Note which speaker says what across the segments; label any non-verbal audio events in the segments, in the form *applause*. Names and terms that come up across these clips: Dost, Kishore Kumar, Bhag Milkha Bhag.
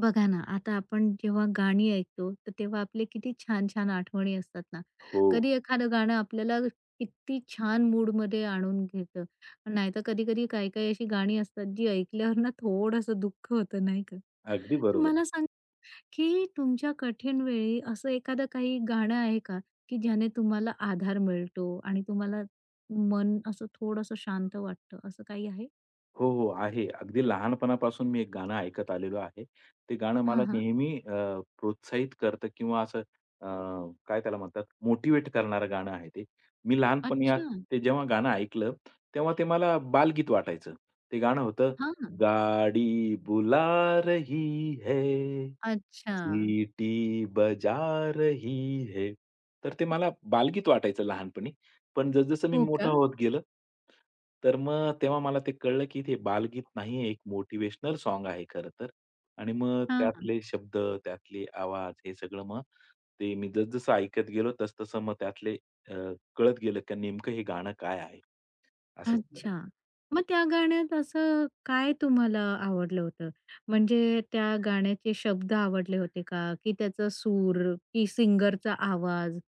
Speaker 1: बघा ना, आता आपण जेव्हा गाणी ऐकतो, तर तेव्हा आपले किती छान-छान आठवणी असतात ना.
Speaker 2: हो.
Speaker 1: कधी एखादं गाणं आपल्याला किती छान मूडमध्ये आणून घेतं. नाहीतर कधी-कधी काही-काही अशी गाणी असतात, जी ऐकल्यावर ना थोडंसं दुःख होतं, नाही का?
Speaker 2: अगदी
Speaker 1: तर
Speaker 2: बरोबर.
Speaker 1: मला सांग, की तुमच्या कठीण वेळी असं एखादं काही गाणं आहे का, की ज्याने तुम्हाला आधार मिळतो आणि तुम्हाला मन असं थोडंसं शांत वाटतं, असं काही आहे?
Speaker 2: हो, हो. आहे. अगदी लहानपणापासून मी एक गाणं ऐकत आलेलो आहे. ते गाणं मला
Speaker 1: हां, हां.
Speaker 2: नेहमी प्रोत्साहित करतं किंवा असं अ, काय त्याला म्हणतात मोटिव्हेट करणारं गाणं आहे ते. मी लहानपणी आ
Speaker 1: अच्छा.
Speaker 2: ते जेव्हा गाणं ऐकलं, तेव्हा ते मला बालगीत वाटायचं. ते गाणं होतं,
Speaker 1: हां.
Speaker 2: गाडी बुला रही है.
Speaker 1: अच्छा.
Speaker 2: सिटी बजार ही है. तर ते मला बालगीत वाटायचं लहानपणी. पण जसं-जसं मी
Speaker 1: हो
Speaker 2: मोठा
Speaker 1: का?
Speaker 2: होत गेलं, तर मग तेव्हा मला ते कळलं, की ते बालगीत नाहीये, एक मोटिव्हेशनल सॉन्ग आहे खरं तर. आणि मग
Speaker 1: हां.
Speaker 2: त्यातले शब्द, त्यातले आवाज हे सगळं मग ते मी जसं ऐकत गेलो, तसं-तसं मग त्यातले अ, कळत गेलं, की नेमकं हे गाणं काय आहे? असंच ते.
Speaker 1: अच्छा. मग त्या गाण्यात असं काय तुम्हाला आवडलं होतं? म्हणजे त्या गाण्याचे शब्द आवडले होते का? की त्याचा सूर, की सिंगरचा आवाज?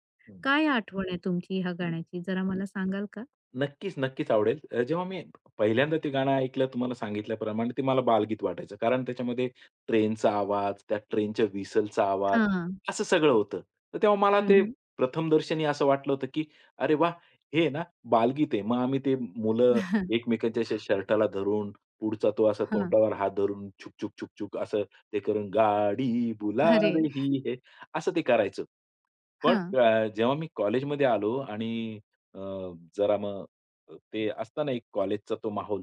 Speaker 1: काय आठवण आहे तुमची ह्या गाण्याची जरा मला सांगाल का?
Speaker 2: नक्कीच, नक्कीच आवडेल. जेव्हा मी पहिल्यांदा ते गाणं ऐकलं तुम्हाला सांगितल्याप्रमाणे ते मला बालगीत वाटायचं. कारण त्याच्यामध्ये ट्रेनचा आवाज, त्या ट्रेनच्या व्हिसलचा आवाज
Speaker 1: हां.
Speaker 2: असं सगळं होतं. तर तेव्हा मला
Speaker 1: हं,
Speaker 2: ते
Speaker 1: हं.
Speaker 2: प्रथमदर्शनी असं वाटलं होतं, की अरे वा, हे ना बालगीत आहे. मग आम्ही ते मुलं
Speaker 1: *laughs*
Speaker 2: एकमेकांच्या अशा शर्टाला धरून, पुढचा तो असा
Speaker 1: हां.
Speaker 2: तोंडावर हात धरून छुक, छुक, छुक, छुक असं ते करून गाडी बुला
Speaker 1: अरे!
Speaker 2: रही है असं ते करायचो. पण
Speaker 1: हां.
Speaker 2: जेव्हा मी कॉलेजमध्ये आलो आणि जरा मग ते असतं ना एक कॉलेजचा तो माहोल,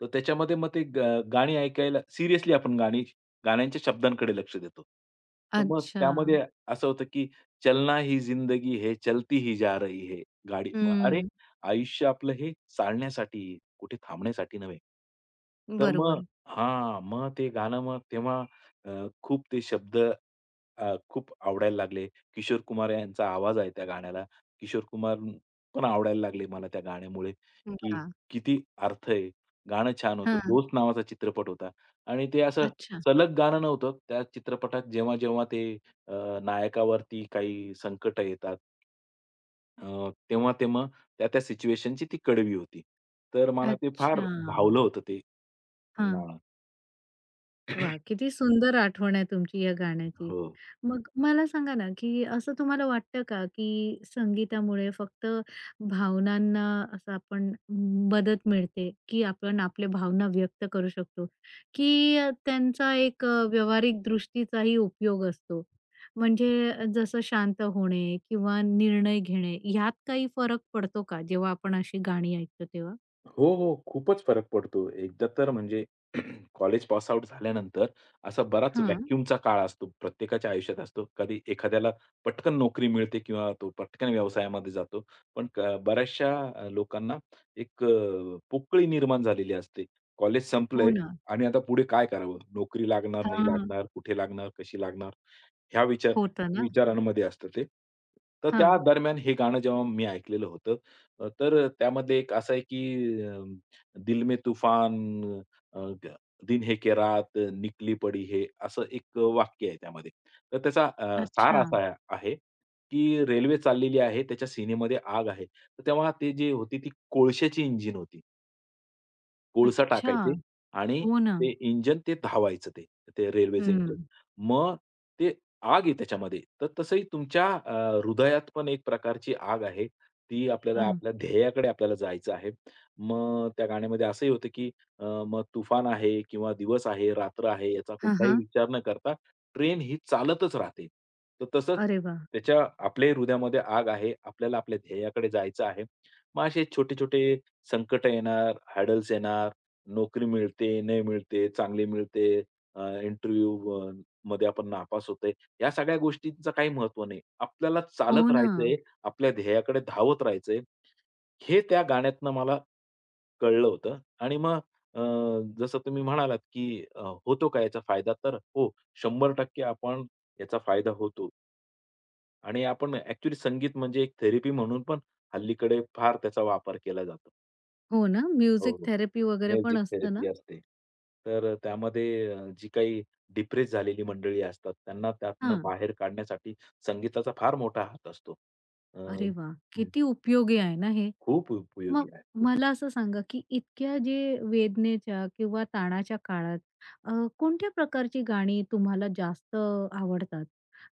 Speaker 2: तर त्याच्यामध्ये मग ते गाणी ऐकायला सिरियसली आपण गाण्यांच्या शब्दांकडे लक्ष देतो. तर मग
Speaker 1: अच्छा.
Speaker 2: त्यामध्ये असं होतं की चलना ही जिंदगी है, चलती ही जा रही है गाडी. मग अरे,
Speaker 1: हं.
Speaker 2: आयुष्य आपलं हे चालण्यासाठी, कुठे थांबण्यासाठी नव्हे. तर मग
Speaker 1: बरोबर.
Speaker 2: हां, मग ते गाणं मग तेव्हा अ, खूप ते शब्द खूप आवडायला लागले. किशोर कुमार यांचा आवाज आहे त्या गाण्याला. किशोर कुमार पण आवडायला लागली मला त्या गाण्यामुळे, की
Speaker 1: वाह!
Speaker 2: किती अर्थ आहे. गाणं छान होतं.
Speaker 1: हां.
Speaker 2: 'दोस्त' नावाचा चित्रपट होता आणि ते असं
Speaker 1: अच्छा.
Speaker 2: सलग गाणं नव्हतं. त्या चित्रपटात जेव्हा-जेव्हा ते अ, नायकावरती काही संकटं येतात, तेव्हा-तेव्हा त्या-त्या सिच्युएशनची ती कडवी होती. तर मला ते फार
Speaker 1: अच्छा.
Speaker 2: भावलं होतं ते
Speaker 1: हां.
Speaker 2: गाणं.
Speaker 1: वा,
Speaker 2: *clears throat*
Speaker 1: किती सुंदर आठवण आहे तुमची या गाण्याची.
Speaker 2: हो.
Speaker 1: मग मला सांगा ना, की असं तुम्हाला वाटतं का, की संगीतामुळे फक्त भावनांना असं आपण मदत मिळते, की आपण आपल्या भावना व्यक्त करू शकतो, की त्यांचा एक व्यावहारिक दृष्टीचाही उपयोग असतो? म्हणजे जसं शांत होणे किंवा निर्णय घेणे ह्यात काही फरक पडतो का जेव्हा आपण अशी गाणी ऐकतो तेव्हा?
Speaker 2: हो, हो. खूपच फरक पडतो. एकदा तर म्हणजे *clears throat* कॉलेज पास आउट झाल्यानंतर असा बराच
Speaker 1: हां.
Speaker 2: व्हॅक्यूमचा काळ असतो. प्रत्येकाच्या आयुष्यात असतो. कधी एखाद्याला पटकन नोकरी मिळते किंवा तो पटकन व्यवसायामध्ये जातो. पण बऱ्याचशा लोकांना एक पोकळी निर्माण झालेली असते. कॉलेज
Speaker 1: हो
Speaker 2: संपलंय
Speaker 1: ना.
Speaker 2: आणि आता पुढे काय करावं? नोकरी लागणार, नाही
Speaker 1: हां.
Speaker 2: लागणार, कुठे लागणार, कशी लागणार? ह्या
Speaker 1: होतं ना असं.
Speaker 2: विचारांमध्ये असतं ते. तर त्या दरम्यान हे गाणं जेव्हा मी ऐकलेलं होतं, तर त्यामध्ये एक असं आहे की दिल में तूफान, अ, ग दिन है के रात निकली पडी है, असं एक वाक्य आहे त्यामध्ये. तर त्याचा सार
Speaker 1: अच्छा.
Speaker 2: असा आहे, की रेल्वे चाललेली आहे, त्याच्या सिनेमध्ये आग आहे. तर तेव्हा ते जे होती ती कोळशाची इंजिन होती. कोळसा
Speaker 1: अच्छा.
Speaker 2: टाकायचे आणि
Speaker 1: हो ना.
Speaker 2: ते इंजिन ते धावायचं ते, ते रेल्वेचं इंजिन.
Speaker 1: हं.
Speaker 2: मग ते आग आहे त्याच्यामध्ये. तर तसंही तुमच्या हृदयात पण एक प्रकारची आग आहे. ती आपल्याला
Speaker 1: हां.
Speaker 2: आपल्या ध्येयाकडे आपल्याला जायचं आहे. मग त्या गाण्यामध्ये असंही होतं, की मग तुफान आहे किंवा दिवस आहे, रात्र आहे याचा
Speaker 1: हां,
Speaker 2: कुठलाही
Speaker 1: हां.
Speaker 2: विचार न करता ट्रेन ही चालतच राहते. तर तसंच
Speaker 1: अरे वाह!
Speaker 2: त्याच्या आपल्याही हृदयामध्ये आग आहे. आपल्याला आपल्या ध्येयाकडे जायचं आहे. मग असे छोटे-छोटे संकट येणार, हॅडल्स येणार, नोकरी मिळते, नाही मिळते, चांगली मिळते, इंटरव्ह्यू मध्ये आपण नापास होतोय. या सगळ्या गोष्टींचं काही महत्व नाही. आपल्याला
Speaker 1: हो
Speaker 2: चालत
Speaker 1: ना.
Speaker 2: राहायचंय, आपल्या ध्येयाकडे धावत राहायचंय. हे त्या गाण्यातनं मला कळलं होतं आणि मग अ, जसं तुम्ही म्हणालात, की होतो का याचा फायदा? तर हो, 100% आपण याचा फायदा होतो आणि आपण ॲक्चुअली संगीत म्हणजे एक थेरपी म्हणून पण हल्लीकडे फार त्याचा वापर केला जातो.
Speaker 1: हो ना.
Speaker 2: हो,
Speaker 1: म्युझिक
Speaker 2: हो.
Speaker 1: थेरपी वगैरे पण
Speaker 2: म्युझिक
Speaker 1: असतं ना?
Speaker 2: थेरपी असते. तर त्यामध्ये जी काही डिप्रेस झालेली मंडळी असतात, त्यांना त्यातनं
Speaker 1: हां.
Speaker 2: बाहेर काढण्यासाठी संगीताचा फार मोठा हात असतो. अ,
Speaker 1: अरे वाह!
Speaker 2: हं,
Speaker 1: किती उपयोगी आहे ना हे.
Speaker 2: खूप उपयोगी
Speaker 1: मग
Speaker 2: आहे. खूप.
Speaker 1: मला असं सांगा, की इतक्या जे वेदनेच्या किंवा ताणाच्या काळात अ, कोणत्या प्रकारची गाणी तुम्हाला जास्त आवडतात?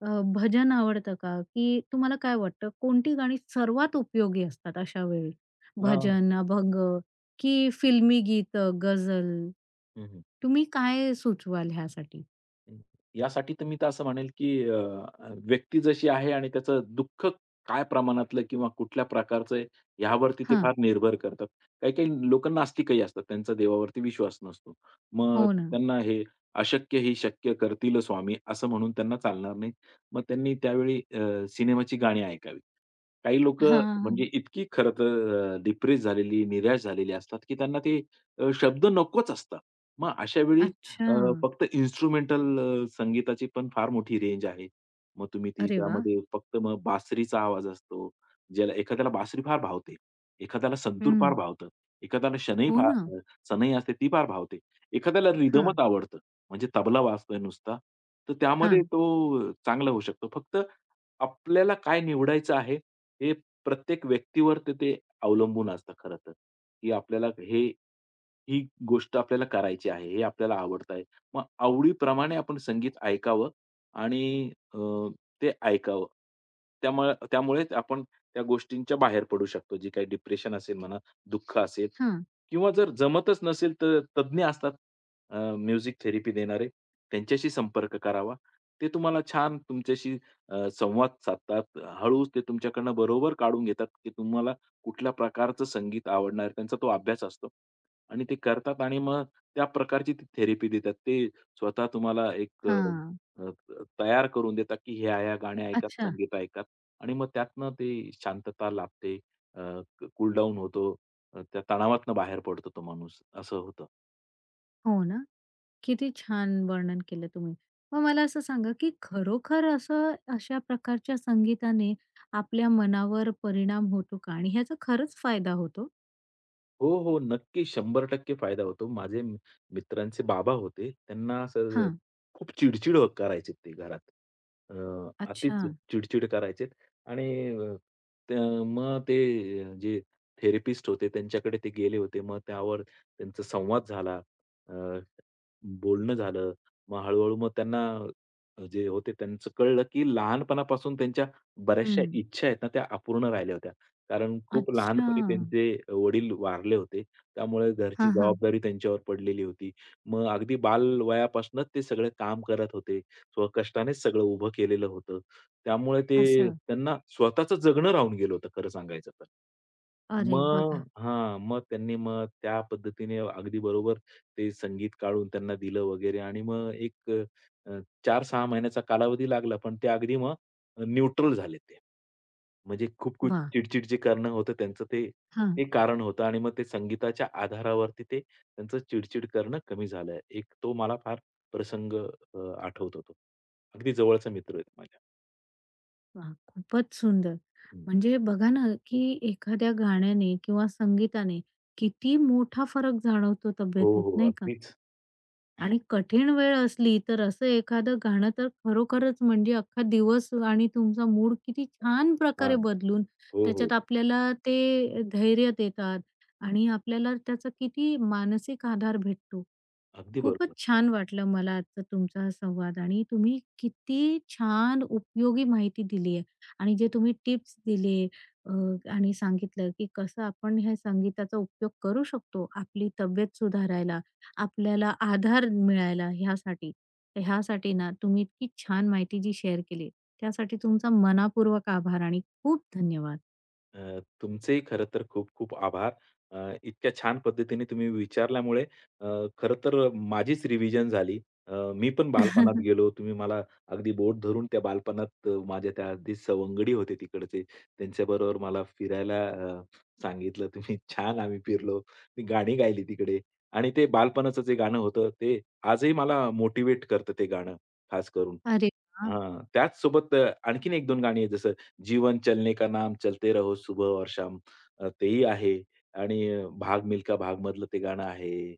Speaker 1: अ, भजन आवडतं का? की तुम्हाला काय वाटतं कोणती गाणी सर्वात उपयोगी असतात अशा वेळी?
Speaker 2: हां.
Speaker 1: भजन, अभंग की फिल्मी गीतं, गझल?
Speaker 2: हं.
Speaker 1: तुम्ही काय सुचवाल ह्यासाठी?
Speaker 2: हं. यासाठी तर मी तर असं म्हणेल, की अ, अ, व्यक्ती जशी आहे आणि त्याचं दुःख काय प्रमाणातलं किंवा कुठल्या प्रकारचं आहे, ह्यावरती ते फार
Speaker 1: हां.
Speaker 2: निर्भर करतात. काही-काही लोकं नास्तिकही असतात. त्यांचा देवावरती विश्वास नसतो. मग
Speaker 1: हो ना.
Speaker 2: त्यांना हे अशक्य ही शक्य करतील स्वामी, असं म्हणून त्यांना चालणार नाही. मग त्यांनी त्यावेळी सिनेमाची गाणी ऐकावी. काही लोकं म्हणजे
Speaker 1: हां,
Speaker 2: इतकी खरं तर डिप्रेस झालेली, निराश झालेली असतात, की त्यांना ते शब्द नकोच असतात. मग अशा वेळी
Speaker 1: अच्छा.
Speaker 2: अ, फक्त इन्स्ट्रुमेंटल संगीताची पण फार मोठी रेंज आहे. मग तुम्ही ती
Speaker 1: अरे वाह!
Speaker 2: त्यामध्ये फक्त मग बासरीचा आवाज असतो. ज्याला एखाद्याला बासरी फार भावते, एखाद्याला संतूर फार
Speaker 1: हं.
Speaker 2: भावतं, एखाद्याला शनई
Speaker 1: हो
Speaker 2: फार
Speaker 1: ना.
Speaker 2: सनई असते ती फार भावते. एखाद्याला
Speaker 1: हां,
Speaker 2: रिदमच आवडतं, म्हणजे तबला वाजतोय नुसता. तर त्यामध्ये
Speaker 1: हां,
Speaker 2: तो चांगला होऊ शकतो. फक्त आपल्याला काय निवडायचं आहे, हे प्रत्येक व्यक्तीवर ते ते अवलंबून असतं खरं तर, की आपल्याला ही गोष्ट आपल्याला करायची आहे, हे आपल्याला आवडत आहे. मग आवडीप्रमाणे आपण संगीत ऐकावं आणि ते ऐकावं. त्यामुळेच आपण त्या गोष्टींच्या बाहेर पडू शकतो. जे काही डिप्रेशन असेल म्हणा, दुःख असेल
Speaker 1: हां,
Speaker 2: किंवा जर जमतच नसेल तर तज्ञ असतात म्युझिक थेरपी देणारे, त्यांच्याशी संपर्क करावा. ते तुम्हाला छान तुमच्याशी संवाद साधतात. हळूच ते तुमच्याकडनं बरोबर काढून घेतात, की तुम्हाला कुठल्या प्रकारचं संगीत आवडणार आहे. त्यांचा तो अभ्यास असतो. आणि ते करतात आणि मग त्या प्रकारची ती थेरपी देतात. ते स्वतः तुम्हाला एक अ,
Speaker 1: हां.
Speaker 2: अ, तयार करून देतात, की ह्या-ह्या गाण्या ऐकत,
Speaker 1: अच्छा.
Speaker 2: संगीत ऐकत आणि मग त्यातनं ते शांतता लाभते. कूल डाऊन होतो. त्या तणावातनं बाहेर पडतो तो माणूस, असं होतं.
Speaker 1: हो ना. किती छान वर्णन केलं तुम्ही. मग मला असं सांगा, की खरोखर असं अशा प्रकारच्या संगीताने आपल्या मनावर परिणाम होतो का? आणि ह्याचा खरंच फायदा होतो?
Speaker 2: हो, हो. नक्की 100% फायदा होतो. माझे मित्रांचे बाबा होते. त्यांना असं
Speaker 1: हां.
Speaker 2: खूप करायचे ते घरात. अ,
Speaker 1: अच्छा.
Speaker 2: अतिच चिडचिड करायचे आणि त्या मग ते अं, जे थेरपिस्ट होते त्यांच्याकडे ते गेले होते. मग त्यावर त्यांचा संवाद झाला. अ, बोलणं झालं. मग त्यांना जे होते त्यांचं कळलं, की लहानपणापासून त्यांच्या बऱ्याचशा
Speaker 1: हं.
Speaker 2: इच्छा आहेत ना, त्या अपूर्ण राहिल्या होत्या. कारण खूप
Speaker 1: अच्छा.
Speaker 2: लहानपणी त्यांचे वडील वारले होते. त्यामुळे घरची
Speaker 1: हां, हां.
Speaker 2: जबाबदारी त्यांच्यावर पडलेली होती. मग अगदी बालवयापासूनच ते सगळे काम करत होते. स्वकष्टानेच सगळं उभं केलेलं होतं. त्यामुळे ते
Speaker 1: असं.
Speaker 2: त्यांना स्वतःचं जगणं राहून गेलं होतं खरं सांगायचं तर.
Speaker 1: अरे
Speaker 2: मग
Speaker 1: बघा.
Speaker 2: हां, मग त्यांनी मग त्या पद्धतीने अगदी बरोबर ते संगीत काढून त्यांना दिलं वगैरे आणि मग एक अ, 4-6 महिन्याचा कालावधी लागला. पण ते अगदी मग न्यूट्रल झाले ते. म्हणजे खूप खूप
Speaker 1: वा,
Speaker 2: चिड-चिड जे करणं होतं त्यांचं ते
Speaker 1: हां.
Speaker 2: ते कारण होतं आणि मग ते संगीताच्या आधारावरती ते त्यांचं चिड करणं कमी झालं. एक तो मला फार प्रसंग अ, आठवत होतो. अगदी जवळचा मित्र आहे माझ्या.
Speaker 1: वाह! खूपच सुंदर.
Speaker 2: हं.
Speaker 1: म्हणजे बघा ना, की एखाद्या गाण्याने किंवा संगीताने किती मोठा फरक जाणवतो
Speaker 2: हो,
Speaker 1: तब्येतीत,
Speaker 2: हो.
Speaker 1: नाही का?
Speaker 2: अगदीच
Speaker 1: आणि कठीण वेळ असली तर असं एखादं गाणं तर खरोखरच म्हणजे अख्खा दिवस आणि तुमचा मूड किती छान प्रकारे
Speaker 2: छान.
Speaker 1: बदलून
Speaker 2: हो, हो.
Speaker 1: त्याच्यात आपल्याला ते धैर्य देतात आणि आपल्याला त्याचा किती मानसिक आधार भेटतो.
Speaker 2: अगदी
Speaker 1: खूपच
Speaker 2: बरोबर.
Speaker 1: छान वाटलं मला आजचा तुमचा हा संवाद आणि तुम्ही किती छान उपयोगी माहिती दिली आहे आणि जे तुम्ही टिप्स दिले अ, आणि सांगितलं की कसं आपण ह्या संगीताचा उपयोग करू शकतो आपली तब्येत सुधारायला, आपल्याला आधार मिळायला ह्यासाठी. तर ह्यासाठी ना तुम्ही इतकी छान माहिती जी शेअर केली त्यासाठी तुमचा मनःपूर्वक आभार आणि खूप धन्यवाद.
Speaker 2: तुमचेही खरं तर खूप-खूप आभार. इतक्या छान पद्धतीने तुम्ही विचारल्यामुळे अ, खरं तर माझीच रिव्हिजन झाली. मी पण बालपणात
Speaker 1: *laughs*
Speaker 2: गेलो. तुम्ही मला अगदी बोट धरून त्या बालपणात माझ्या त्या अगदी सवंगडी होते तिकडचे. त्यांच्याबरोबर मला फिरायला सांगितलं तुम्ही. छान आम्ही फिरलो. ती गाणी गायली तिकडे आणि ते बालपणाचं जे गाणं होतं ते आजही मला मोटिव्हेट करतं ते गाणं खास करून.
Speaker 1: अरे वाह!
Speaker 2: हां, त्याचसोबत आणखीन 1-2 गाणी आहेत जसं जीवन चलने का नाम, चलते रहो सुबह और शाम तेही आहे आणि भाग मिल्खा भाग मधलं ते गाणं आहे.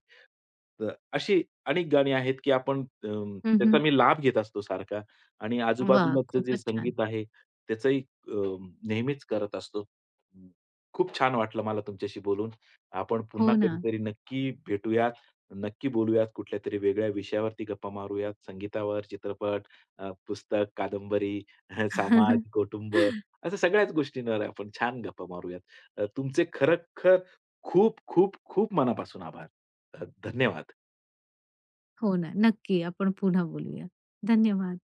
Speaker 2: तर अशी अनेक गाणी आहेत, की आपण
Speaker 1: हं,
Speaker 2: त्याचा
Speaker 1: हं.
Speaker 2: मी लाभ घेत असतो सारखा आणि आजूबाजूलाचं जे
Speaker 1: खूपच छान.
Speaker 2: संगीत आहे त्याचंही अ, नेहमीच करत असतो. हम्म. खूप छान वाटलं मला तुमच्याशी बोलून. आपण पुन्हा
Speaker 1: हो ना.
Speaker 2: कधीतरी नक्की भेटूयात, नक्की बोलूयात. कुठल्यातरी वेगळ्या विषयावरती गप्पा मारूयात. संगीतावर, चित्रपट, पुस्तक, कादंबरी, *laughs* समाज,
Speaker 1: *laughs*
Speaker 2: कुटुंब असं सगळ्याच गोष्टींवर आपण छान गप्पा मारूयात. तुमचे खरखर खूप, खूप, खूप मनापासून आभार. धन्यवाद.
Speaker 1: हो ना. नक्की. आपण पुन्हा बोलूया. धन्यवाद.